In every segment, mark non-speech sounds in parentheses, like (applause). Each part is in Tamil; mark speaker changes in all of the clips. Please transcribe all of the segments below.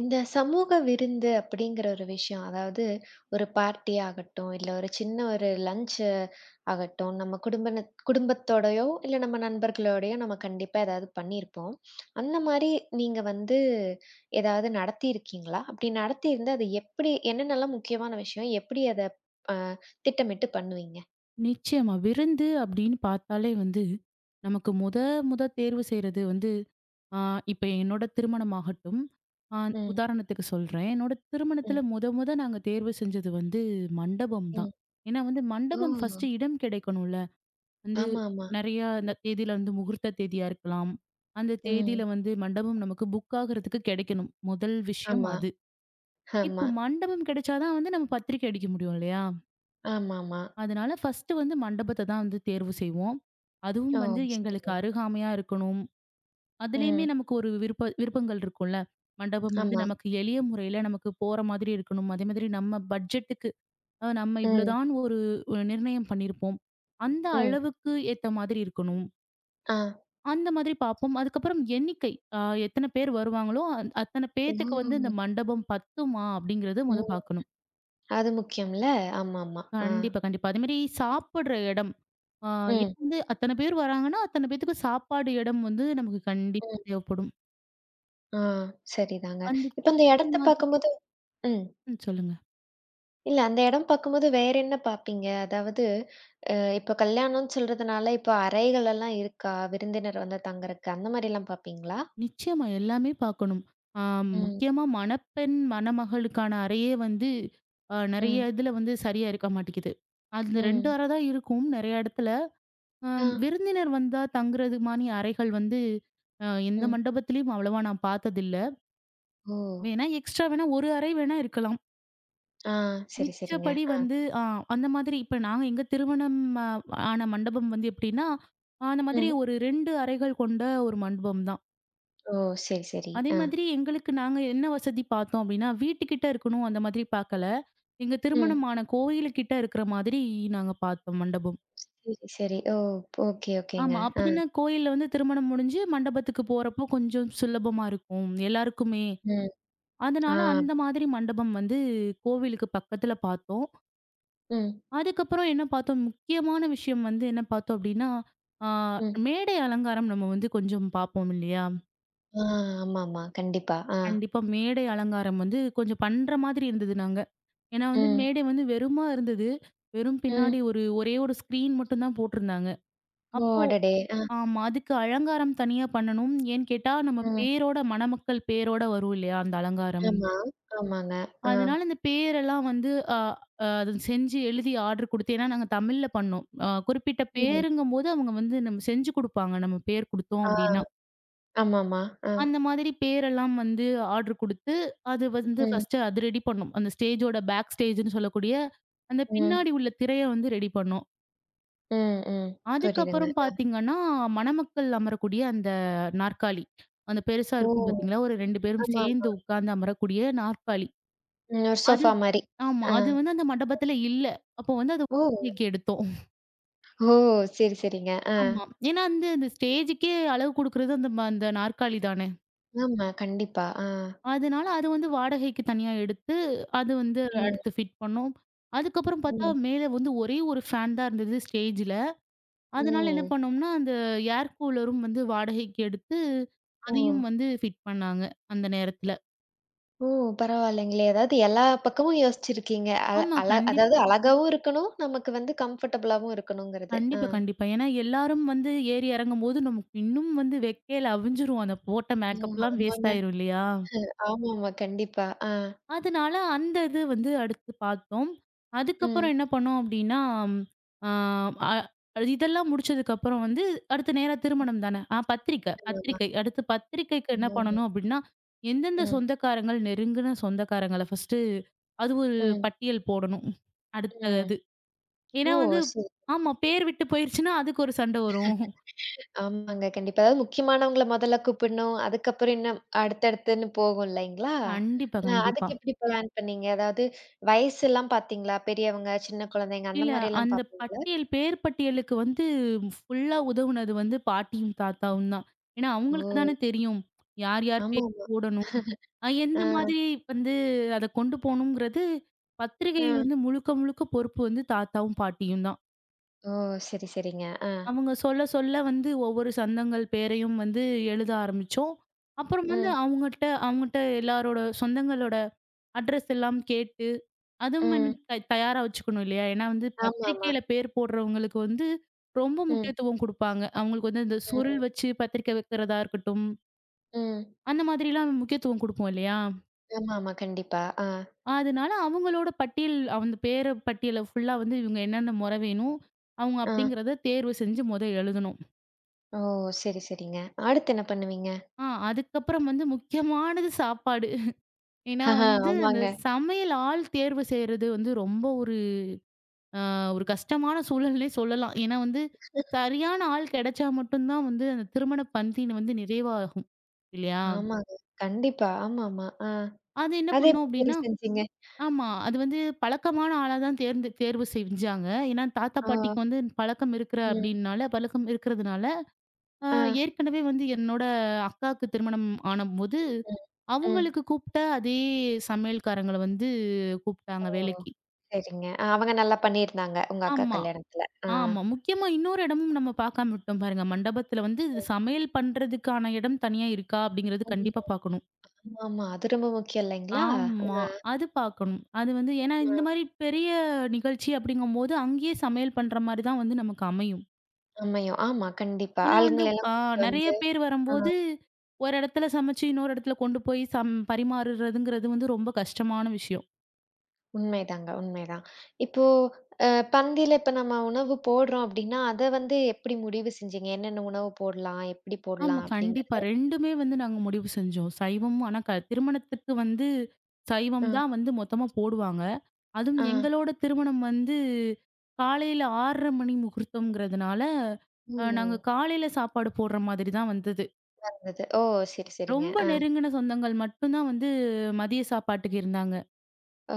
Speaker 1: இந்த சமூக விருந்து அப்படிங்கிற ஒரு விஷயம், அதாவது ஒரு பார்ட்டி ஆகட்டும், இல்ல ஒரு சின்ன ஒரு லஞ்ச் ஆகட்டும், நம்ம குடும்பத்தோடயோ, இல்ல நம்ம நண்பர்களோடயோ நம்ம கண்டிப்பா ஏதாவது பண்ணியிருப்போம். அந்த மாரி நீங்க வந்து ஏதாவது நடத்தியிருக்கீங்களா? அப்படி நடத்தியிருந்தா அது எப்படி என்னென்னலாம் முக்கியமான விஷயம்? எப்படி அத அ திட்டமிட்டு பண்ணுவீங்க?
Speaker 2: நிச்சயமா. விருந்து அப்படின்னு பார்த்தாலே வந்து, நமக்கு முத முத தேர்வு செய்றது வந்து, ஆ இப்ப என்னோட திருமணமாகட்டும், ஆ
Speaker 1: ம்,
Speaker 2: உதாரணத்துக்கு சொல்றேன். என்னோட
Speaker 1: ம்,
Speaker 2: திருமணத்தில முத முத நாங்க தேர்வு செஞ்சது வந்து மண்டபம்
Speaker 1: ம்.
Speaker 2: தான். ஏன்னா வந்து
Speaker 1: ஓ!
Speaker 2: மண்டபம் ஃபர்ஸ்ட்டு இடம் கிடைக்கணும்ல. வந்து
Speaker 1: ஆமாமா.
Speaker 2: நெறையா இந்த தேதியில வந்து முகூர்த்த தேதியா இருக்கலாம். அந்த தேதியில
Speaker 1: ம்.
Speaker 2: வந்து மண்டபம் நமக்கு புக் ஆகுறதுக்கு கிடைக்கணும். முதல் விஷயம்
Speaker 1: ஆமா,
Speaker 2: அது. இப்போ
Speaker 1: ஆமா,
Speaker 2: மண்டபம் கிடைச்சா தான் வந்து நம்ம பத்திரிக்கை அடிக்க முடியும் இல்லையா?
Speaker 1: ஆமாமா.
Speaker 2: அதனால ஃபர்ஸ்ட்டு வந்து மண்டபத்த தான் வந்து தேர்வு செய்வோம். அதுவும்
Speaker 1: ஓ!
Speaker 2: வந்து எங்களுக்கு
Speaker 1: சரிங்க.
Speaker 2: அருகாமையா இருக்கணும். அதுலயுமே
Speaker 1: ம்.
Speaker 2: நமக்கு ஒரு விருப்பங்கள் இருக்கும்ல. மண்டபம் வந்து
Speaker 1: ஆமா.
Speaker 2: நமக்கு எளிய முறையில நமக்கு போற மாதிரி இருக்கணும். அதே மாதிரி நம்ம பட்ஜெட்டுக்கு நம்ம
Speaker 1: ம்.
Speaker 2: இவ்வளோதான் ஒரு ஒரு நிர்ணயம் பண்ணியிருப்போம். அந்த
Speaker 1: ம்.
Speaker 2: அளவுக்கு ஏத்த மாதிரி இருக்கணும்.
Speaker 1: ஆ.
Speaker 2: அந்த மாதிரி பார்ப்போம். அதுக்கப்புறம் எண்ணிக்கை, அ எத்தன பேர் வருவாங்களோ, அத்தன
Speaker 1: ஓ!
Speaker 2: பேத்துக்கு வந்து இந்த மண்டபம் பத்துமா? அப்படிங்கிறத மொத
Speaker 1: ம்.
Speaker 2: பார்க்கணும்.
Speaker 1: அது முக்கியம்ல. ஆமாமா. ஆ.
Speaker 2: கண்டிப்பா, கண்டிப்பா. அதேமாரி சாப்பிடுற இடம். ஆ
Speaker 1: ம்.
Speaker 2: ஏன் வந்து அத்தன பேர் வராங்கன்னா, அத்தன பேத்துக்கும் சாப்பாடு இடம் வந்து நமக்கு கண்டிப்பா
Speaker 1: ம்.
Speaker 2: தேவைப்படும்.
Speaker 1: ஆ. சரிதாங்க. இப்ப அந்த
Speaker 2: அதுக்கேத்த
Speaker 1: இடத்த
Speaker 2: மாதிரி.
Speaker 1: பார்க்கும்போது ம்.
Speaker 2: ம், சொல்லுங்க.
Speaker 1: இல்ல அந்த இடம் பார்க்கும்போது வேற என்ன பார்ப்பீங்க? அதாவது அ இப்ப கல்யாணம்னு சொல்றதுனால, இப்ப அறைகள் எல்லாம் இருக்கா? விருந்தினர் வந்து தங்கறக்கு, அந்த மாரிலாம் பார்ப்பீங்களா?
Speaker 2: நிச்சயமா எல்லாமே பார்க்கணும். ஆ
Speaker 1: ம்.
Speaker 2: முக்கியமா மணப்பெண், மணமகளுக்கான அறையே வந்து
Speaker 1: ம்.
Speaker 2: நெறைய இதுல வந்து சரியா இருக்க மாட்டேங்குது. அந்த 2
Speaker 1: ம்.
Speaker 2: அறை தான் இருக்கும் நெறைய இடத்துல. அ
Speaker 1: ஆ.
Speaker 2: விருந்தினர் வந்தா தங்குறது மாரி அறைகள் வந்து எந்த
Speaker 1: ம்.
Speaker 2: மண்டபத்திலயும் அவ்வளவா நான் பார்த்ததில்ல.
Speaker 1: ஓ!
Speaker 2: வேணா எக்ஸ்ட்ரா வேணா ஒரு அறை வேணா இருக்கலாம்.
Speaker 1: ஆ. சரி, சரிங்க.
Speaker 2: மிச்சபடி
Speaker 1: ஆ.
Speaker 2: வந்து அந்த மாதிரி இப்ப நாங்க எங்க திருமணம் ஆன மண்டபம் வந்து எப்படின்னா, ஆ, அந்த மாதிரி
Speaker 1: ம்.
Speaker 2: ஒரு 2 அறைகள் கொண்ட ஒரு மண்டபம் தான்.
Speaker 1: ஓ! சரி, சரி.
Speaker 2: அதே
Speaker 1: ஆ.
Speaker 2: மாதிரி எங்களுக்கு நாங்க என்ன வசதி பார்த்தோம் அப்படின்னா, வீட்டுக்கிட்ட இருக்கணும் அந்த மாதிரி பார்க்கல. எங்க
Speaker 1: ம்.
Speaker 2: திருமணமான கோயிலுக்கிட்ட இருக்கிற மாதிரி நாங்க பார்த்தோம் மண்டபம்.
Speaker 1: சரி, சரி. ஓ! ஓகே, ஓகேங்க.
Speaker 2: ஆமா.
Speaker 1: ஆ.
Speaker 2: அப்பதானே கோயில்ல வந்து திருமணம் முடிஞ்சு மண்டபத்துக்கு போறப்போ கொஞ்சம் சுலபமா இருக்கும் எல்லாருக்குமே.
Speaker 1: ம். ஆ.
Speaker 2: அதனால அந்த மாதிரி மண்டபம் வந்து கோவிலுக்கு பக்கத்துல பார்த்தோம்.
Speaker 1: ம்.
Speaker 2: அதுக்கப்புறம் என்ன பார்த்தோம், முக்கியமான விஷயம் வந்து என்ன பார்த்தோம் அப்டின்னா, ஆ
Speaker 1: ம்.
Speaker 2: மேடை அலங்காரம் நம்ம வந்து கொஞ்சம் பார்ப்போம் இல்லையா?
Speaker 1: ஆ ஆமாமா. கண்டிப்பா. ஆ.
Speaker 2: கண்டிப்பா மேடை அலங்காரம் வந்து கொஞ்சம் பண்ற மாதிரி இருந்தது நாங்க. ஏன்னா வந்து
Speaker 1: ம்.
Speaker 2: மேடை வந்து வெறுமா இருந்தது. வெறும்
Speaker 1: ம்.
Speaker 2: பின்னாடி ஒரே ஒரு ஸ்க்ரீன் மட்டும் தான் போட்டிருந்தாங்க.
Speaker 1: ஓ!
Speaker 2: அப்போ
Speaker 1: அடடே! ஆ.
Speaker 2: ஆமா. அதுக்கு அலங்காரம் தனியா பண்ணணும். ஏன்னு கேட்டா, நம்ம
Speaker 1: ம்.
Speaker 2: பேரோட மணமக்கள் பேரோட வரும் இல்லையா? அந்த அலங்காரம்.
Speaker 1: ஆமா. ஆமாங்க. ஆ.
Speaker 2: அதனால இந்த பேரெல்லாம் வந்து அ அ அது செஞ்சு எழுதி ஆர்டர் குடுத்து ஏன்னா நாங்க தமிழ்ல பண்ணோம். குறிப்பிட்ட
Speaker 1: ம்.
Speaker 2: பேருங்கும்போது அவங்க வந்து நம்ம செஞ்சு குடுப்பாங்க. நம்ம பேர் குடுத்தோம்
Speaker 1: ஆ.
Speaker 2: அப்டின்னா.
Speaker 1: ஆமாமா. ஆ.
Speaker 2: அந்த மாதிரி பேரெல்லாம் வந்து ஆர்டர் குடுத்து, அது வந்து
Speaker 1: ம்.
Speaker 2: ஃபர்ஸ்ட்டு அது ரெடி பண்ணோம். அந்த ஸ்டேஜோட பேக் ஸ்டேஜ்ன்னு சொல்லக்கூடிய அந்த
Speaker 1: ம்.
Speaker 2: பின்னாடி உள்ள திரைய வந்து ரெடி பண்ணோம்.
Speaker 1: ம். ம். புரியுதுங்க.
Speaker 2: அதுக்கப்புறம்
Speaker 1: ஆ.
Speaker 2: பார்த்தீங்கன்னா, மணமக்கள் அமரக்கூடிய அந்த நாற்காலி. அந்த பெருசா
Speaker 1: ஓ!
Speaker 2: இருக்கும் பார்த்தீங்களா? ஒரு 2 பேரும்
Speaker 1: ஆமாமா.
Speaker 2: சேர்ந்து உட்கார்ந்து அமரக்கூடிய நாற்காலி.
Speaker 1: ம். ஒரு
Speaker 2: அது
Speaker 1: சோஃபா மாரி.
Speaker 2: ஆமா.
Speaker 1: ஆ.
Speaker 2: அது வந்து அந்த மண்டபத்துல இல்ல. அப்போ வந்து அது
Speaker 1: ஓ!
Speaker 2: வாடகைக்கு எடுத்தோம்.
Speaker 1: ஓ! சரி, சரிங்க. ஆ.
Speaker 2: ஆமா. ஏன்னா வந்து அந்த ஸ்டேஜுக்கே அளவு குடுக்குறது அந்த நாற்காலி தானே.
Speaker 1: ஆமா. கண்டிப்பா. ஆ.
Speaker 2: அதனால அது வந்து வாடகைக்கு தனியா எடுத்து, அது வந்து
Speaker 1: ம்.
Speaker 2: அடுத்து ஃபிட் பண்ணோம். அதுக்கப்புறம் பார்த்தா
Speaker 1: ம்.
Speaker 2: மேல வந்து ஒரே ஒரு ஃபேன் தான் இருந்தது ஸ்டேஜ்ல.
Speaker 1: ஓ!
Speaker 2: அதனால என்ன பண்ணோம்னா, அந்த ஏர் கூலரும் வந்து வாடகைக்கு எடுத்து,
Speaker 1: ஓ!
Speaker 2: அதையும் வந்து ஃபிட் பண்ணாங்க அந்த நேரத்துல.
Speaker 1: ஓ! பரவாயில்லைங்களே. அதாவது எல்லா பக்கமும் யோசிச்சிருக்கீங்க. அழ
Speaker 2: ஆமா,
Speaker 1: அழ அதாவது
Speaker 2: கண்டிப்பா.
Speaker 1: அழகாவும் இருக்கணும், நமக்கு வந்து கம்ஃபர்டபுளாவும் இருக்கணுங்கிறது. ஆ.
Speaker 2: கண்டிப்பா, கண்டிப்பா. ஏன்னா எல்லாரும் வந்து ஏறி இறங்கும்போது, நமக்கு இன்னும் வந்து வெக்கையில அவிஞ்சிரும். அந்த போட்ட
Speaker 1: ம்.
Speaker 2: மேக்கப்லாம் வேஸ்ட்
Speaker 1: ஆமாங்க.
Speaker 2: ஆயிரும் இல்லையா?
Speaker 1: ஆமாமா. கண்டிப்பா. ஆ.
Speaker 2: அதனால அந்த இது வந்து அடுத்து பார்த்தோம்.
Speaker 1: ம்.
Speaker 2: அதுக்கப்புறம் என்ன பண்ணோம் அப்டின்னா, ஆ அ அது இதெல்லாம் முடிச்சதுக்கப்புறம் வந்து அடுத்த நேரா திருமணம் தானே. பத்திரிக்கை,
Speaker 1: ஆமாமா.
Speaker 2: பத்திரிக்கை. அடுத்து பத்திரிக்கைக்கு என்ன
Speaker 1: ம்.
Speaker 2: பண்ணணும் அப்டின்னா, எந்தெந்த
Speaker 1: ம்.
Speaker 2: சொந்தக்காரங்கள், நெருங்குன சொந்தக்காரங்கள ஃபர்ஸ்ட்டு அது ஒரு
Speaker 1: ம்.
Speaker 2: பட்டியல் போடணும். அடுத்த
Speaker 1: ம்.
Speaker 2: இது. ஏன்னா
Speaker 1: ஓ!
Speaker 2: வந்து
Speaker 1: சரி.
Speaker 2: ஆமா. பேர் விட்டு போயிருச்சுன்னா, அதுக்கு ஒரு சண்டை வரும்.
Speaker 1: ஆமாங்க. கண்டிப்பா. அதாவது முக்கியமானவங்கள முதல்ல கூப்பிடணும். அதுக்கப்புறம் இன்னும் அடுத்தடுத்துன்னு போகும் இல்லைங்களா?
Speaker 2: கண்டிப்பா,
Speaker 1: அ அதுக்கு
Speaker 2: கண்டிப்பா.
Speaker 1: எப்படி பிளான் பண்ணீங்க? அதாவது வயசுலாம் பார்த்தீங்களா? பெரியவங்க, சின்ன குழந்தைங்க அந்த
Speaker 2: இல்ல
Speaker 1: மாரிலாம்
Speaker 2: அந்த
Speaker 1: பார்ப்பீங்களா?
Speaker 2: பட்டியல், பேர் பட்டியலுக்கு வந்து ஃபுல்லா உதவுனது வந்து பாட்டியும், தாத்தாவும் தான். ஏன்னா, அவங்களுக்கு தானே
Speaker 1: ஓ!
Speaker 2: தெரியும். யார், யார் பேர்
Speaker 1: ஆமாமா.
Speaker 2: போடணும்.
Speaker 1: ஆ.
Speaker 2: எந்த மாதிரி வந்து அத கொண்டு போணுங்கிறது,
Speaker 1: ஆ.
Speaker 2: பத்திரிகை வந்து முழுக்க, முழுக்க பொறுப்பு வந்து தாத்தாவும், பாட்டியும் தான்.
Speaker 1: ஓ! சரி, சரிங்க. ஆ.
Speaker 2: அவங்க சொல்ல, சொல்ல வந்து ஒவ்வொரு சொந்தங்கள் பேரையும் வந்து எழுத ஆரம்பிச்சோம். அப்புறம் வந்து
Speaker 1: ம்,
Speaker 2: அவங்கட்ட அவங்கட்ட எல்லாரோட சொந்தங்களோட அட்ரஸ் எல்லாம் கேட்டு, அதுவும் வந்து
Speaker 1: ம்.
Speaker 2: தயாரா வச்சுக்கணும் இல்லையா? ஏன்னா வந்து
Speaker 1: ஆமாமா.
Speaker 2: பத்திரிக்கையில பேர் போடுறவங்களுக்கு வந்து ரொம்ப
Speaker 1: ம்,
Speaker 2: முக்கியத்துவம் குடுப்பாங்க. அவங்களுக்கு வந்து இந்த சுருள்
Speaker 1: ம்,
Speaker 2: வச்சு பத்திரிக்கை வைக்கிறதா இருக்கட்டும்,
Speaker 1: ம்.
Speaker 2: அந்த மாதிரிலாம் முக்கியத்துவம் குடுப்போம் இல்லையா?
Speaker 1: ஆமாமா. கண்டிப்பா. ஆ,
Speaker 2: அதனால அவங்களோட பட்டியல் அந்த பேர பட்டியல ஃபுல்லா வந்து இவங்க என்னென்ன மொற வேணும், அவங்க
Speaker 1: ஆ.
Speaker 2: அப்படிங்கிறத தேர்வு செஞ்சு மொத எழுதணும்.
Speaker 1: ஓ! சரி, சரிங்க. அடுத்து என்ன பண்ணுவீங்க?
Speaker 2: அதுக்கப்புறம் வந்து முக்கியமானது சாப்பாடு. ஏன்னா
Speaker 1: (laughs)
Speaker 2: வந்து அந்த
Speaker 1: ஆமாங்க.
Speaker 2: சமையல் ஆள் தேர்வு செய்றது வந்து ரொம்ப ஒரு அ ஒரு கஷ்டமான சூழல்னே சொல்லலாம். ஏன்னா வந்து, சரியான ஆள் கிடைச்சா மட்டும் தான் வந்து அந்த திருமண பந்தின் வந்து நிறைவாகும். இல்லையா?
Speaker 1: ஆமாங்க. கண்டிப்பா. ஆமாமா. ஆ.
Speaker 2: அது என்ன
Speaker 1: அத
Speaker 2: பண்ணும்
Speaker 1: எப்படி
Speaker 2: அப்டின்னா.
Speaker 1: தெரிவு செஞ்சீங்க?
Speaker 2: ஆமா. அது வந்து பழக்கமான ஆளா தான் தேர்வு செஞ்சாங்க. ஏன்னா தாத்தா,
Speaker 1: ஆ,
Speaker 2: பாட்டிக்கு வந்து பழக்கம் இருக்கிற
Speaker 1: ம்.
Speaker 2: அப்டின்னால பழக்கம் இருக்கிறதுனால, அ
Speaker 1: ஆ,
Speaker 2: ஏற்கனவே வந்து என்னோட அக்காவுக்கு திருமணம் ஆனம்போது,
Speaker 1: ம், ம்.
Speaker 2: அவங்களுக்கு கூப்ட்ட அதே சமையல்காரங்கள வந்து கூப்ட்டாங்க
Speaker 1: ஓ!
Speaker 2: வேலைக்கு.
Speaker 1: சரிங்க. அ அவங்க நல்லா பண்ணியிருந்தாங்க, உங்க அக்கா
Speaker 2: ஆமா.
Speaker 1: கல்யாணத்துல. ஆ.
Speaker 2: ஆமா. முக்கியமா இன்னொரு இடமும் நம்ம பார்க்காம விட்டோம் பாருங்க. மண்டபத்துல வந்து இது சமையல் பண்றதுக்கான இடம் தனியா இருக்கா? அப்படிங்கிறது
Speaker 1: ம்.
Speaker 2: கண்டிப்பா பார்க்கணும்.
Speaker 1: ஆமாமா. அது ரொம்ப முக்கியம் இல்லைங்களா?
Speaker 2: ஆமா.
Speaker 1: ஆ,
Speaker 2: அது பார்க்கணும். அது வந்து ஏன்னா
Speaker 1: ஆ.
Speaker 2: இந்த மாரி பெரிய நிகழ்ச்சி அப்படிங்கும்போது, அங்கேயே சமையல் பண்ற மாரி தான் வந்து நமக்கு அமையும்.
Speaker 1: அமையும். ஆமா, கண்டிப்பா.
Speaker 2: ஏன்னா வந்து
Speaker 1: ஆளுங்கள எல்லாம்
Speaker 2: ஆ
Speaker 1: கூட்டிட்டு
Speaker 2: நெறைய
Speaker 1: வந்து
Speaker 2: பேர்
Speaker 1: ஆ.
Speaker 2: வரும்போது, ஒரு இடத்துல சமைச்சு இன்னொரு இடத்துல கொண்டு போய் பரிமாறுறதுங்கிறது வந்து ரொம்ப கஷ்டமான விஷயம்.
Speaker 1: உண்மைதாங்க, உண்மைதான். இப்போ அ பந்தில இப்ப நம்ம உணவு போடுறோம் அப்டின்னா, அத வந்து எப்படி முடிவு செஞ்சீங்க? என்னென்ன உணவு போடலாம்? எப்படி
Speaker 2: ஆமா,
Speaker 1: போடலாம்?
Speaker 2: கண்டிப்பா.
Speaker 1: அப்படிங்கிறத?
Speaker 2: 2மே வந்து நாங்க முடிவு செஞ்சோம். சைவமும் ஆனா திருமணத்துக்கு வந்து
Speaker 1: அ,
Speaker 2: சைவம் தான் வந்து மொத்தமா போடுவாங்க. அதுவும்
Speaker 1: ஆ.
Speaker 2: எங்களோட திருமணம் வந்து காலையில 6:30 மணி முகூர்த்தம்ங்கிறதுனால,
Speaker 1: ஓ!
Speaker 2: அ நாங்க காலையில சாப்பாடு போடுற மாதிரி தான் வந்தது.
Speaker 1: மறந்தது. ஓ! சரி, சரிங்க.
Speaker 2: ரொம்ப
Speaker 1: ஆ.
Speaker 2: நெருங்கின சொந்தங்கள் மட்டும் தான் வந்து மதிய சாப்பாட்டுக்கு இருந்தாங்க.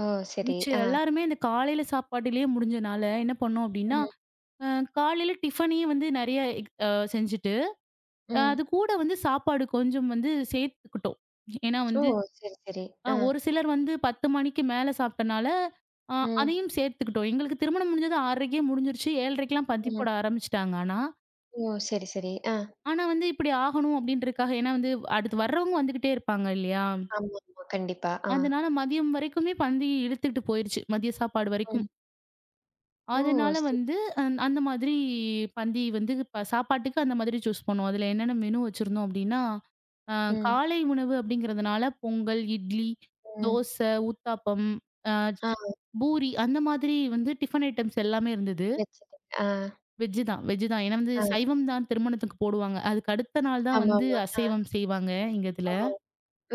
Speaker 1: ஓ! சரி.
Speaker 2: மிச்சம்
Speaker 1: ஆ.
Speaker 2: எல்லாருமே இந்த காலையில சாப்பாட்டிலேயே முடிஞ்சனால என்ன பண்ணோம் அப்டின்னா,
Speaker 1: ம்,
Speaker 2: அ காலையில டிஃபனையே வந்து நெறைய எக் அ செஞ்சுட்டு,
Speaker 1: ம்.
Speaker 2: அது கூட வந்து சாப்பாடு கொஞ்சம் வந்து சேர்த்துக்கிட்டோம். ஏன்னா
Speaker 1: ஓ!
Speaker 2: வந்து
Speaker 1: சரி, சரி. ஆ.
Speaker 2: ஒரு சிலர் வந்து 10 மணிக்கு மேல சாப்பிட்டனால, அ
Speaker 1: ம்,
Speaker 2: அதையும் சேர்த்துக்கிட்டோம். எங்களுக்கு திருமணம் முடிஞ்சது 6:30க்கே முடிஞ்சிருச்சு. 7:30க்கெல்லாம் பந்தி
Speaker 1: ம்.
Speaker 2: போட ஆரம்பிச்சுட்டாங்க ஆனா.
Speaker 1: ஓ! சரி, சரி. ஆ.
Speaker 2: ஆனா வந்து இப்படி ஆகணும் அப்படின்றதுக்காக ஏன்னா வந்து அடுத்து வர்றவங்க வந்துகிட்டே இருப்பாங்க இல்லையா?
Speaker 1: ஆமா, ஆமா. கண்டிப்பா. ஆ.
Speaker 2: அதனால மதியம் வரைக்குமே பந்தி இழுத்துட்டு போயிருச்சு. மதிய சாப்பாடு வரைக்கும்.
Speaker 1: ம். ஓ!
Speaker 2: அதனால
Speaker 1: சரி.
Speaker 2: வந்து அந்த மாதிரி பந்தி வந்து சாப்பாட்டுக்கு அந்த மாதிரி சூஸ் பண்ணுவோம். அதுல என்னென்ன மெனு வச்சிருந்தோம் அப்டின்னா, அ
Speaker 1: ம்,
Speaker 2: காலை உணவு அப்டிங்கிறதுனால பொங்கல், இட்லி,
Speaker 1: ம்.
Speaker 2: தோசை, ஊத்தாப்பம், அ
Speaker 1: ஆ
Speaker 2: ச பூரி அந்த மாதிரி வந்து டிஃபன் ஐட்டம்ஸ் எல்லாமே இருந்தது.
Speaker 1: வச்சுட்டேன். ஆ,
Speaker 2: வெஜ் தான். ஏன்னா வந்து
Speaker 1: ஆ.
Speaker 2: சைவம் தான் திருமணத்துக்கு போடுவாங்க. அதுக்கு அடுத்த நாள் தான் வந்து
Speaker 1: ஆமாமா. ஆ.
Speaker 2: அசைவம் செய்வாங்க எங்க
Speaker 1: ஓ!
Speaker 2: இதுல.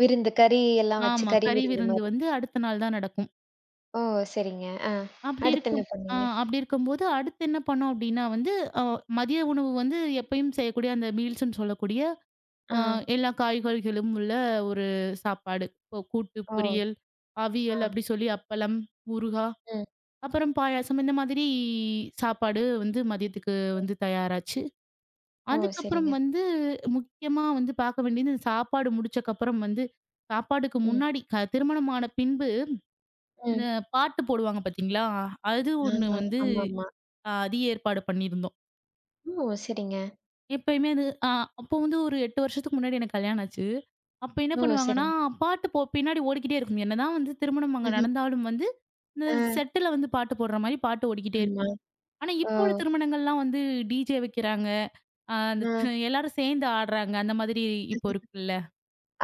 Speaker 1: விருந்து கறி எல்லாம் வச்சு
Speaker 2: ஆமா.
Speaker 1: கறி
Speaker 2: கறி
Speaker 1: விருந்து
Speaker 2: விருந்து
Speaker 1: மாரி.
Speaker 2: வந்து அடுத்த நாள் தான் நடக்கும்.
Speaker 1: ஓ! சரிங்க. ஆ.
Speaker 2: அப்படி
Speaker 1: அடுத்து என்ன
Speaker 2: இருக்கும் ஆ
Speaker 1: பண்ணீங்க?
Speaker 2: அப்படி இருக்கும்போது அடுத்து என்ன பண்ணோம் அப்படின்னா வந்து, அ, மதிய உணவு வந்து எப்பயும் செய்யக்கூடிய அந்த மீல்ஸ்ன்னு சொல்லக்கூடிய, அ,
Speaker 1: ஆ.
Speaker 2: எல்லா காய்கறிகளும் உள்ள ஒரு சாப்பாடு. இப்போ கூட்டு
Speaker 1: ஓ!
Speaker 2: பொரியல்,
Speaker 1: ஆ.
Speaker 2: அவியல் அப்படி சொல்லி, அப்பளம், ஊறுகாய்,
Speaker 1: ம்.
Speaker 2: அப்புறம் பாயாசம் இந்த மாதிரி சாப்பாடு வந்து மதியத்துக்கு வந்து தயாராச்சு.
Speaker 1: ஓ!
Speaker 2: அதுக்கப்புறம்
Speaker 1: சரிங்க.
Speaker 2: வந்து முக்கியமா வந்து பார்க்க வேண்டியது இந்த சாப்பாடு முடிச்சக்கப்புறம் வந்து, சாப்பாடுக்கு
Speaker 1: ம்.
Speaker 2: முன்னாடி திருமணமான பின்பு இந்த
Speaker 1: ம்.
Speaker 2: பாட்டு போடுவாங்க பாத்தீங்களா, அது ஒண்ணு
Speaker 1: ஆமா.
Speaker 2: வந்து
Speaker 1: ஆமாமா.
Speaker 2: அ அது ஏற்பாடு பண்ணியிருந்தோம்.
Speaker 1: ஓ! சரிங்க.
Speaker 2: எப்பயுமே அது, அ அப்போ வந்து ஒரு 8 வருஷத்துக்கு முன்னாடி எனக்கு கல்யாணம் ஆச்சு. அப்ப என்ன
Speaker 1: ஓ!
Speaker 2: பண்ணுவாங்கன்னா,
Speaker 1: சரிங்க.
Speaker 2: பாட்டு பின்னாடி ஓடிக்கிட்டே இருக்கும். என்னதான் வந்து திருமணம் அங்க
Speaker 1: ம்ஹ்ம்.
Speaker 2: நடந்தாலும் வந்து, இந்த
Speaker 1: ஆ.
Speaker 2: செட்டுல வந்து பாட்டு போடுற மாரி பாட்டு ஓடிக்கிட்டே
Speaker 1: ஆமா.
Speaker 2: இருக்கும். ஆனா,
Speaker 1: ஓ!
Speaker 2: இப்போ உள்ள திருமணங்கள்லாம் வந்து டிஜே வைக்கிறாங்க. அ அந்த
Speaker 1: ஆ.
Speaker 2: எல்லாரும் சேர்ந்து ஆடுறாங்க. அந்த மாதிரி இப்போ இருக்குல்ல.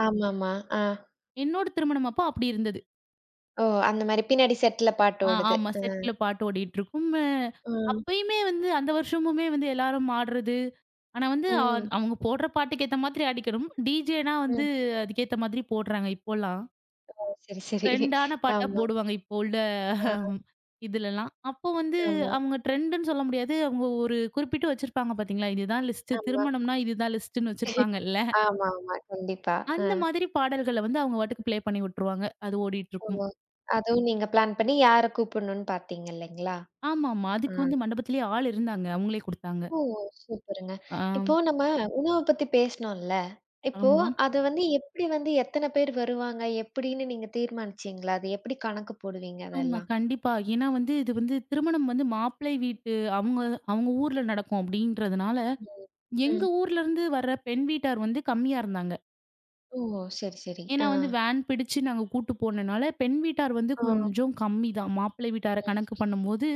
Speaker 1: ஆமாமா. ஆ.
Speaker 2: என்னோட திருமணம் அப்போ அப்படி இருந்தது.
Speaker 1: ஓ! அந்த மாரி பின்னாடி செட்ல பாட்டு
Speaker 2: ஆ
Speaker 1: ஓடுது.
Speaker 2: ஆமா.
Speaker 1: ஆ.
Speaker 2: செட்ல பாட்டு ஓடிட்டுருக்கும். அ
Speaker 1: ம்.
Speaker 2: அப்பயுமே வந்து அந்த வருஷமுமே வந்து எல்லாரும் ஆடுறது. ஆனா வந்து அ
Speaker 1: ம்.
Speaker 2: அவங்க போடுற பாட்டுக்கு ஏத்த மாதிரி ஆடிக்கணும். டிஜேனா வந்து
Speaker 1: ம்.
Speaker 2: அதுக்கேத்த மாதிரி போடுறாங்க இப்போலாம்.
Speaker 1: ஓ! சரி, சரி.
Speaker 2: ட்ரெண்டான பாட்டா
Speaker 1: ஆமா.
Speaker 2: போடுவாங்க இப்போ உள்ள
Speaker 1: ஆ.
Speaker 2: ஹம், இதுலலாம். அப்போ வந்து
Speaker 1: ஆமா.
Speaker 2: அவங்க ட்ரெண்டுன்னு சொல்ல முடியாது. அவங்க ஒரு குறிப்பிட்டு வச்சிருப்பாங்க பார்த்தீங்களா? இதுதான் லிஸ்ட்
Speaker 1: ஆமா.
Speaker 2: திருமணம்னா இதுதான் லிஸ்ட்ன்னு வச்சிருப்பாங்கல்ல.
Speaker 1: ஆமாமா. கண்டிப்பா. ஆ.
Speaker 2: அந்த மாதிரி பாடல்கள வந்து அவங்க பாட்டுக்கு ப்ளே பண்ணி விட்டுருவாங்க. அது
Speaker 1: ஓ!
Speaker 2: ஓடிட்டுருக்கும்.
Speaker 1: அதுவும் நீங்க பிளான் பண்ணி யார கூப்பிடணும்னு பார்த்தீங்க இல்லைங்களா?
Speaker 2: ஆமாமா.
Speaker 1: ஆ.
Speaker 2: அதுக்கு வந்து மண்டபத்திலேயே ஆள் இருந்தாங்க. அவங்களே குடுத்தாங்க.
Speaker 1: ஓ! சூப்பருங்க.
Speaker 2: ஆ.
Speaker 1: இப்போ நம்ம உணவ பத்தி பேசினோம்ல. இப்போ
Speaker 2: ஆமா.
Speaker 1: அது வந்து எப்படி வந்து எத்தன பேர் வருவாங்க? எப்படின்னு நீங்க தீர்மானிச்சீங்களா? அது எப்படி கணக்கு போடுவீங்க
Speaker 2: ஆமா,
Speaker 1: அதெல்லாம்?
Speaker 2: கண்டிப்பா. ஏன்னா வந்து இது வந்து திருமணம் வந்து மாப்பிள்ளை வீட்டு அவங்க அவங்க ஊர்ல நடக்கும் அப்படின்றதுனால,
Speaker 1: ம். ம்.
Speaker 2: எங்க ஊர்ல இருந்து வர்ற பெண் வீட்டார் வந்து கம்மியா இருந்தாங்க.
Speaker 1: ஓ! சரி, சரி.
Speaker 2: ஏன்னா
Speaker 1: ஆ.
Speaker 2: வந்து வேன் பிடிச்சு நாங்க கூட்டு போனனால, பெண் வீட்டார் வந்து
Speaker 1: ஆ.
Speaker 2: கொஞ்சம் கம்மி தான். மாப்பிள்ளை வீட்டார
Speaker 1: ம்.
Speaker 2: கணக்கு பண்ணும்போது,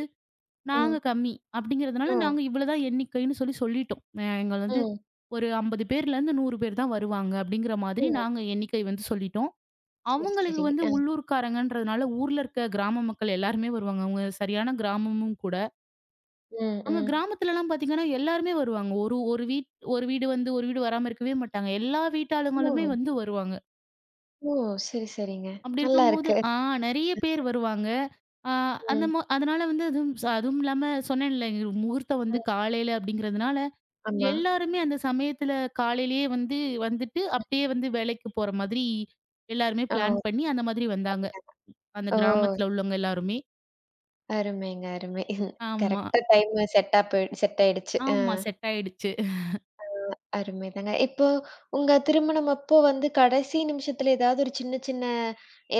Speaker 2: நாங்க
Speaker 1: ம்.
Speaker 2: கம்மி. அப்படிங்கிறதுனால
Speaker 1: ஓ!
Speaker 2: நாங்க இவ்வளோதான் எண்ணிக்கைன்னு சொல்லி சொல்லிட்டோம். எங்கள வந்து
Speaker 1: ம்.
Speaker 2: ஒரு 50 பேர்லேருந்து 100 பேர் தான் வருவாங்க. அப்படிங்கிற மாதிரி
Speaker 1: ஓ!
Speaker 2: நாங்க எண்ணிக்கை வந்து சொல்லிட்டோம்.
Speaker 1: சரி,
Speaker 2: அவங்களுக்கு
Speaker 1: சரி.
Speaker 2: வந்து
Speaker 1: ஆ.
Speaker 2: உள்ளூர்க்காரங்கன்றதுனால, ஊர்ல இருக்க கிராம மக்கள் எல்லாருமே வருவாங்க. அவங்க சரியான கிராமமும் கூட.
Speaker 1: ம்.
Speaker 2: அங்க
Speaker 1: ம்.
Speaker 2: கிராமத்துலலாம் பார்த்தீங்கன்னா, எல்லாருமே வருவாங்க. ஒரு ஒரு வீட் ஒரு வீடு வந்து ஒரு வீடு வராம இருக்கவே மாட்டாங்க. எல்லா வீட்டாளுங்களுமே
Speaker 1: ஓ!
Speaker 2: வந்து வருவாங்க.
Speaker 1: ஓ! சரி, சரிங்க.
Speaker 2: அப்படி
Speaker 1: நல்லா
Speaker 2: இருக்கும்போது
Speaker 1: இருக்கு.
Speaker 2: நெறைய பேர் வருவாங்க. ஆ அந்த
Speaker 1: ம்.
Speaker 2: ம அதனால வந்து அதுவும் அதுவும் இல்லாம சொன்னேன்ல, எங்களுக்கு முகூர்த்தம்
Speaker 1: ம்.
Speaker 2: வந்து காலையில அப்படிங்கிறதுனால,
Speaker 1: ஆமா.
Speaker 2: எல்லாருமே அந்த சமயத்துல காலையிலேயே வந்து வந்துட்டு, அப்படியே வந்து வேலைக்கு போற மாதிரி எல்லாருமே
Speaker 1: ஓ!
Speaker 2: பிளான் பண்ணி, அந்த மாதிரி வந்தாங்க.
Speaker 1: பண்ணிட்டாங்க.
Speaker 2: அந்த
Speaker 1: ஓ!
Speaker 2: கிராமத்துல உள்ளவங்க எல்லாருமே.
Speaker 1: அருமைங்க, அருமை.
Speaker 2: ஆமா,
Speaker 1: கரெக்ட்டா டைம் செட்டா போய் செட் ஆயிடுச்சு. ஆ.
Speaker 2: ஆமா. செட் ஆயிடுச்சு.
Speaker 1: அருமைதாங்க. இப்போ உங்க திருமணம் அப்போ வந்து கடைசி நிமிஷத்துல ஏதாவது ஒரு சின்ன சின்ன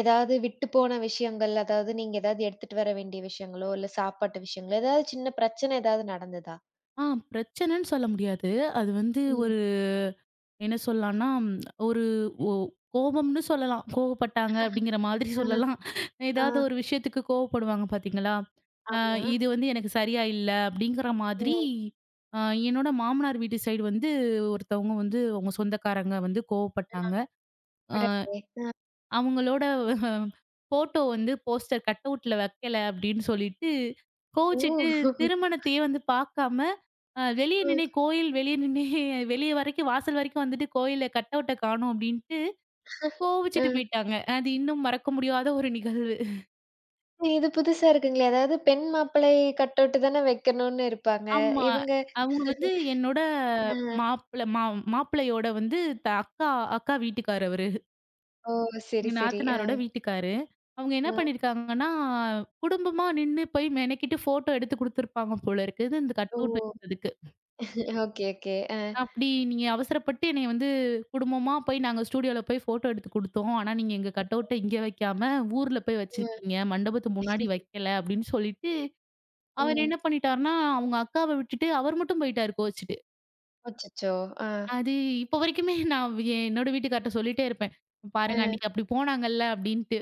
Speaker 1: ஏதாவது விட்டு போன விஷயங்கள், அதாவது நீங்க ஏதாவது எடுத்துட்டு வர வேண்டிய விஷயங்களோ, இல்ல சாப்பாட்டு விஷயங்களோ, ஏதாவது சின்ன பிரச்சனை ஏதாவது நடந்ததா?
Speaker 2: ஆ பிரச்சனன்னு சொல்ல முடியாது. அது வந்து
Speaker 1: ம்.
Speaker 2: ஒரு என்ன சொல்லலாம்னா, ம், ஒரு ஒ கோபம்னு சொல்லலாம். கோவப்பட்டாங்க அப்படிங்கிற மாதிரி
Speaker 1: ஆ,
Speaker 2: சொல்லலாம்.
Speaker 1: ஆ,
Speaker 2: ஏதாவது ஒரு விஷயத்துக்கு கோவப்படுவாங்க பார்த்தீங்களா? அ
Speaker 1: ஆமா.
Speaker 2: இது வந்து எனக்கு சரியா இல்ல அப்படிங்கிற மாதிரி,
Speaker 1: ம்.
Speaker 2: அ என்னோட மாமனார் வீட்டு சைடு வந்து ஒருத்தவங்க வந்து அவங்க சொந்தக்காரங்க வந்து
Speaker 1: ஆ,
Speaker 2: கோவப்பட்டாங்க. அ
Speaker 1: அடடே! ஆ.
Speaker 2: அவங்களோட ஃபோட்டோ வந்து போஸ்டர் கட் அவுட்ல வைக்கல அப்படின்னு சொல்லிட்டு,
Speaker 1: ஓ!
Speaker 2: கோவிச்சுட்டு திருமணத்தையே வந்து பார்க்காம அ வெளிய
Speaker 1: ம்.
Speaker 2: நின்னே கோயில் வெளிய நின்னே (laughs) வெளிய வரைக்கும் வாசல் வரைக்கும் வந்துட்டு கோயில்ல கட் அவுட்ட காணோம் அப்டின்ட்டு
Speaker 1: ஆ.
Speaker 2: கோவிச்சுட்டு போயிட்டாங்க. அது இன்னும் மறக்க முடியாத ஒரு நிகழ்வு.
Speaker 1: இது புதுசா இருக்குங்களே! அதாவது பெண் மாப்பிள்ளை கட்டவுட் தானே வைக்கணும்னு இருப்பாங்க.
Speaker 2: ஆமா.
Speaker 1: இவங்க
Speaker 2: அவங்க வந்து என்னோட
Speaker 1: ஆ.
Speaker 2: மாப்பிள மா மாப்பிள்ளையோட வந்து த அக்கா அக்கா வீட்டுக்காரு அவரு.
Speaker 1: ஓ! சரி,
Speaker 2: எங்க
Speaker 1: சரி. ஆ,
Speaker 2: நாத்தனாரோட வீட்டுக்காரு. அவங்க என்ன
Speaker 1: ஆ.
Speaker 2: பண்ணியிருக்காங்கன்னா, குடும்பமா நின்னு போய் மெனக்கிட்டு ஃபோட்டோ எடுத்து குடுத்துருப்பாங்க போல இருக்குது. இந்த கட்
Speaker 1: ஓ!
Speaker 2: அவுட் வைக்கிறதுக்கு.
Speaker 1: Okay, okay. ஆ,
Speaker 2: அப்படி நீங்க அவசரப்பட்டு என்னைய வந்து குடும்பமா போய் நாங்க ஸ்டூடியோல போய் ஃபோட்டோ எடுத்து குடுத்தோம். ஆனா நீங்க எங்க கட்அவுட்ட இங்க வைக்காம ஊர்ல போய்
Speaker 1: ஆ.
Speaker 2: வச்சிருக்கீங்க. மண்டபத்து முன்னாடி வைக்கல அப்படின்னு சொல்லிட்டு, அவர்
Speaker 1: ம்.
Speaker 2: என்ன பண்ணிட்டாருன்னா, அவங்க அக்காவ விட்டுட்டு அவர் மட்டும் போயிட்டாரு கோவிச்சுட்டு.
Speaker 1: அச்சச்சோ! ஆ,
Speaker 2: அது இப்ப வரைக்குமே நான் என்னோட வீட்டுக்கார்ட்ட சொல்லிட்டே இருப்பேன். பாருங்க
Speaker 1: ஆ,
Speaker 2: அன்னைக்கு அப்படி போனாங்கல்ல அப்படின்ட்டு.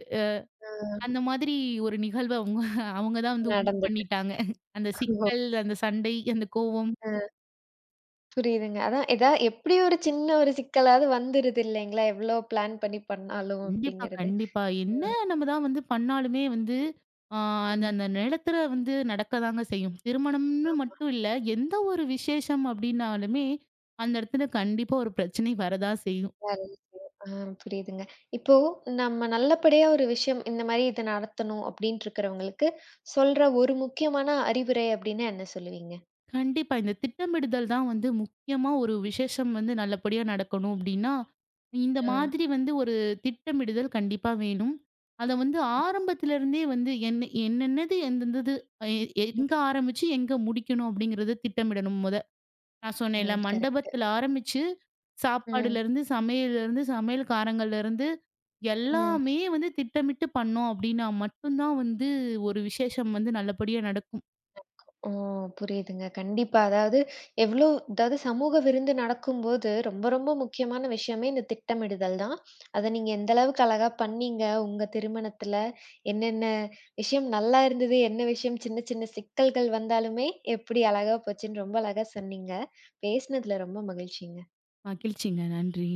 Speaker 1: ஆ
Speaker 2: அந்த மாதிரி ஒரு நிகழ்வ அவங்க அவங்க தான் வந்து உண்டு
Speaker 1: நடந்தது.
Speaker 2: பண்ணிட்டாங்க. அந்த
Speaker 1: ஓ!
Speaker 2: சிக்கல், அந்த சண்டை, அந்த கோவம்.
Speaker 1: ஆ புரியுதுங்க. அதான் ஏதா எப்டி ஒரு சின்ன ஒரு சிக்கலாவது வந்துருது இல்லைங்களா? எவ்ளோ பிளான் பண்ணி பண்ணாலும்
Speaker 2: கண்டிப்பா,
Speaker 1: அப்டிங்கிறது.
Speaker 2: கண்டிப்பா. என்ன
Speaker 1: ம்,
Speaker 2: நம்ம தான் வந்து பண்ணாலுமே வந்து, ஆ அந்த
Speaker 1: ம்.
Speaker 2: அந்த நிலத்துல வந்து நடக்கதாங்க செய்யும். திருமணம்னு மட்டும் இல்ல, எந்த ஒரு விசேஷம் அப்டின்னாலுமே, அந்த இடத்துல கண்டிப்பா ஒரு பிரச்சனை வரதான் செய்யும்.
Speaker 1: அப்ப ஆ புரியுதுங்க. இப்போ நம்ம நல்லபடியா ஒரு விஷயம் இந்த மாரி இத நடத்தணும் அப்டின்ட்டு இருக்கிறவங்களுக்கு சொல்ற ஒரு முக்கியமான அறிவுரை அப்டின்னா என்ன சொல்லுவீங்க?
Speaker 2: கண்டிப்பா இந்த திட்டமிடுதல் தான் வந்து முக்கியமா ஒரு விசேஷம் வந்து நல்லபடியா நடக்கணும் அப்டின்னா, இந்த
Speaker 1: ஆ.
Speaker 2: மாதிரி வந்து ஒரு திட்டமிடுதல் கண்டிப்பா வேணும். அத வந்து ஆரம்பத்திலருந்தே வந்து என்ன என்னென்னது எந்தெந்தது, எ எங்க
Speaker 1: ம்,
Speaker 2: ஆரம்பிச்சு, எங்க முடிக்கணும் அப்டிங்கிறத திட்டமிடணும். நான் சொன்னேன்ல
Speaker 1: ம். கரெக்ட்டு.
Speaker 2: மண்டபத்துல ஆரம்பிச்சு,
Speaker 1: ம்,
Speaker 2: சாப்பாடுலருந்து, சமையல்லருந்து, சமையல்காரங்கள்லருந்து
Speaker 1: ம்.
Speaker 2: எல்லாமே வந்து திட்டமிட்டு பண்ணோம் அப்டின்னா மட்டும் தான் வந்து ஒரு விசேஷம் வந்து நல்லபடியா நடக்கும்.
Speaker 1: ஓ! புரியுதுங்க. கண்டிப்பா. அதாவது எவ்ளோ அதாவது சமூக விருந்து நடக்கும்போது, ரொம்ப ரொம்ப முக்கியமான விஷயமே இந்த திட்டமிடுதல் தான். அத நீங்க எந்த அளவுக்கு அழகா பண்ணீங்க. உங்க திருமணத்துல என்னென்ன விஷயம் நல்லா இருந்தது, என்ன விஷயம் சின்ன சின்ன சிக்கல்கள் வந்தாலுமே, எப்படி அழகா போச்சுன்னு ரொம்ப அழகா சொன்னீங்க. பேசினதுல ரொம்ப மகிழ்ச்சிங்க.
Speaker 2: மகிழ்ச்சிங்க. நன்றி.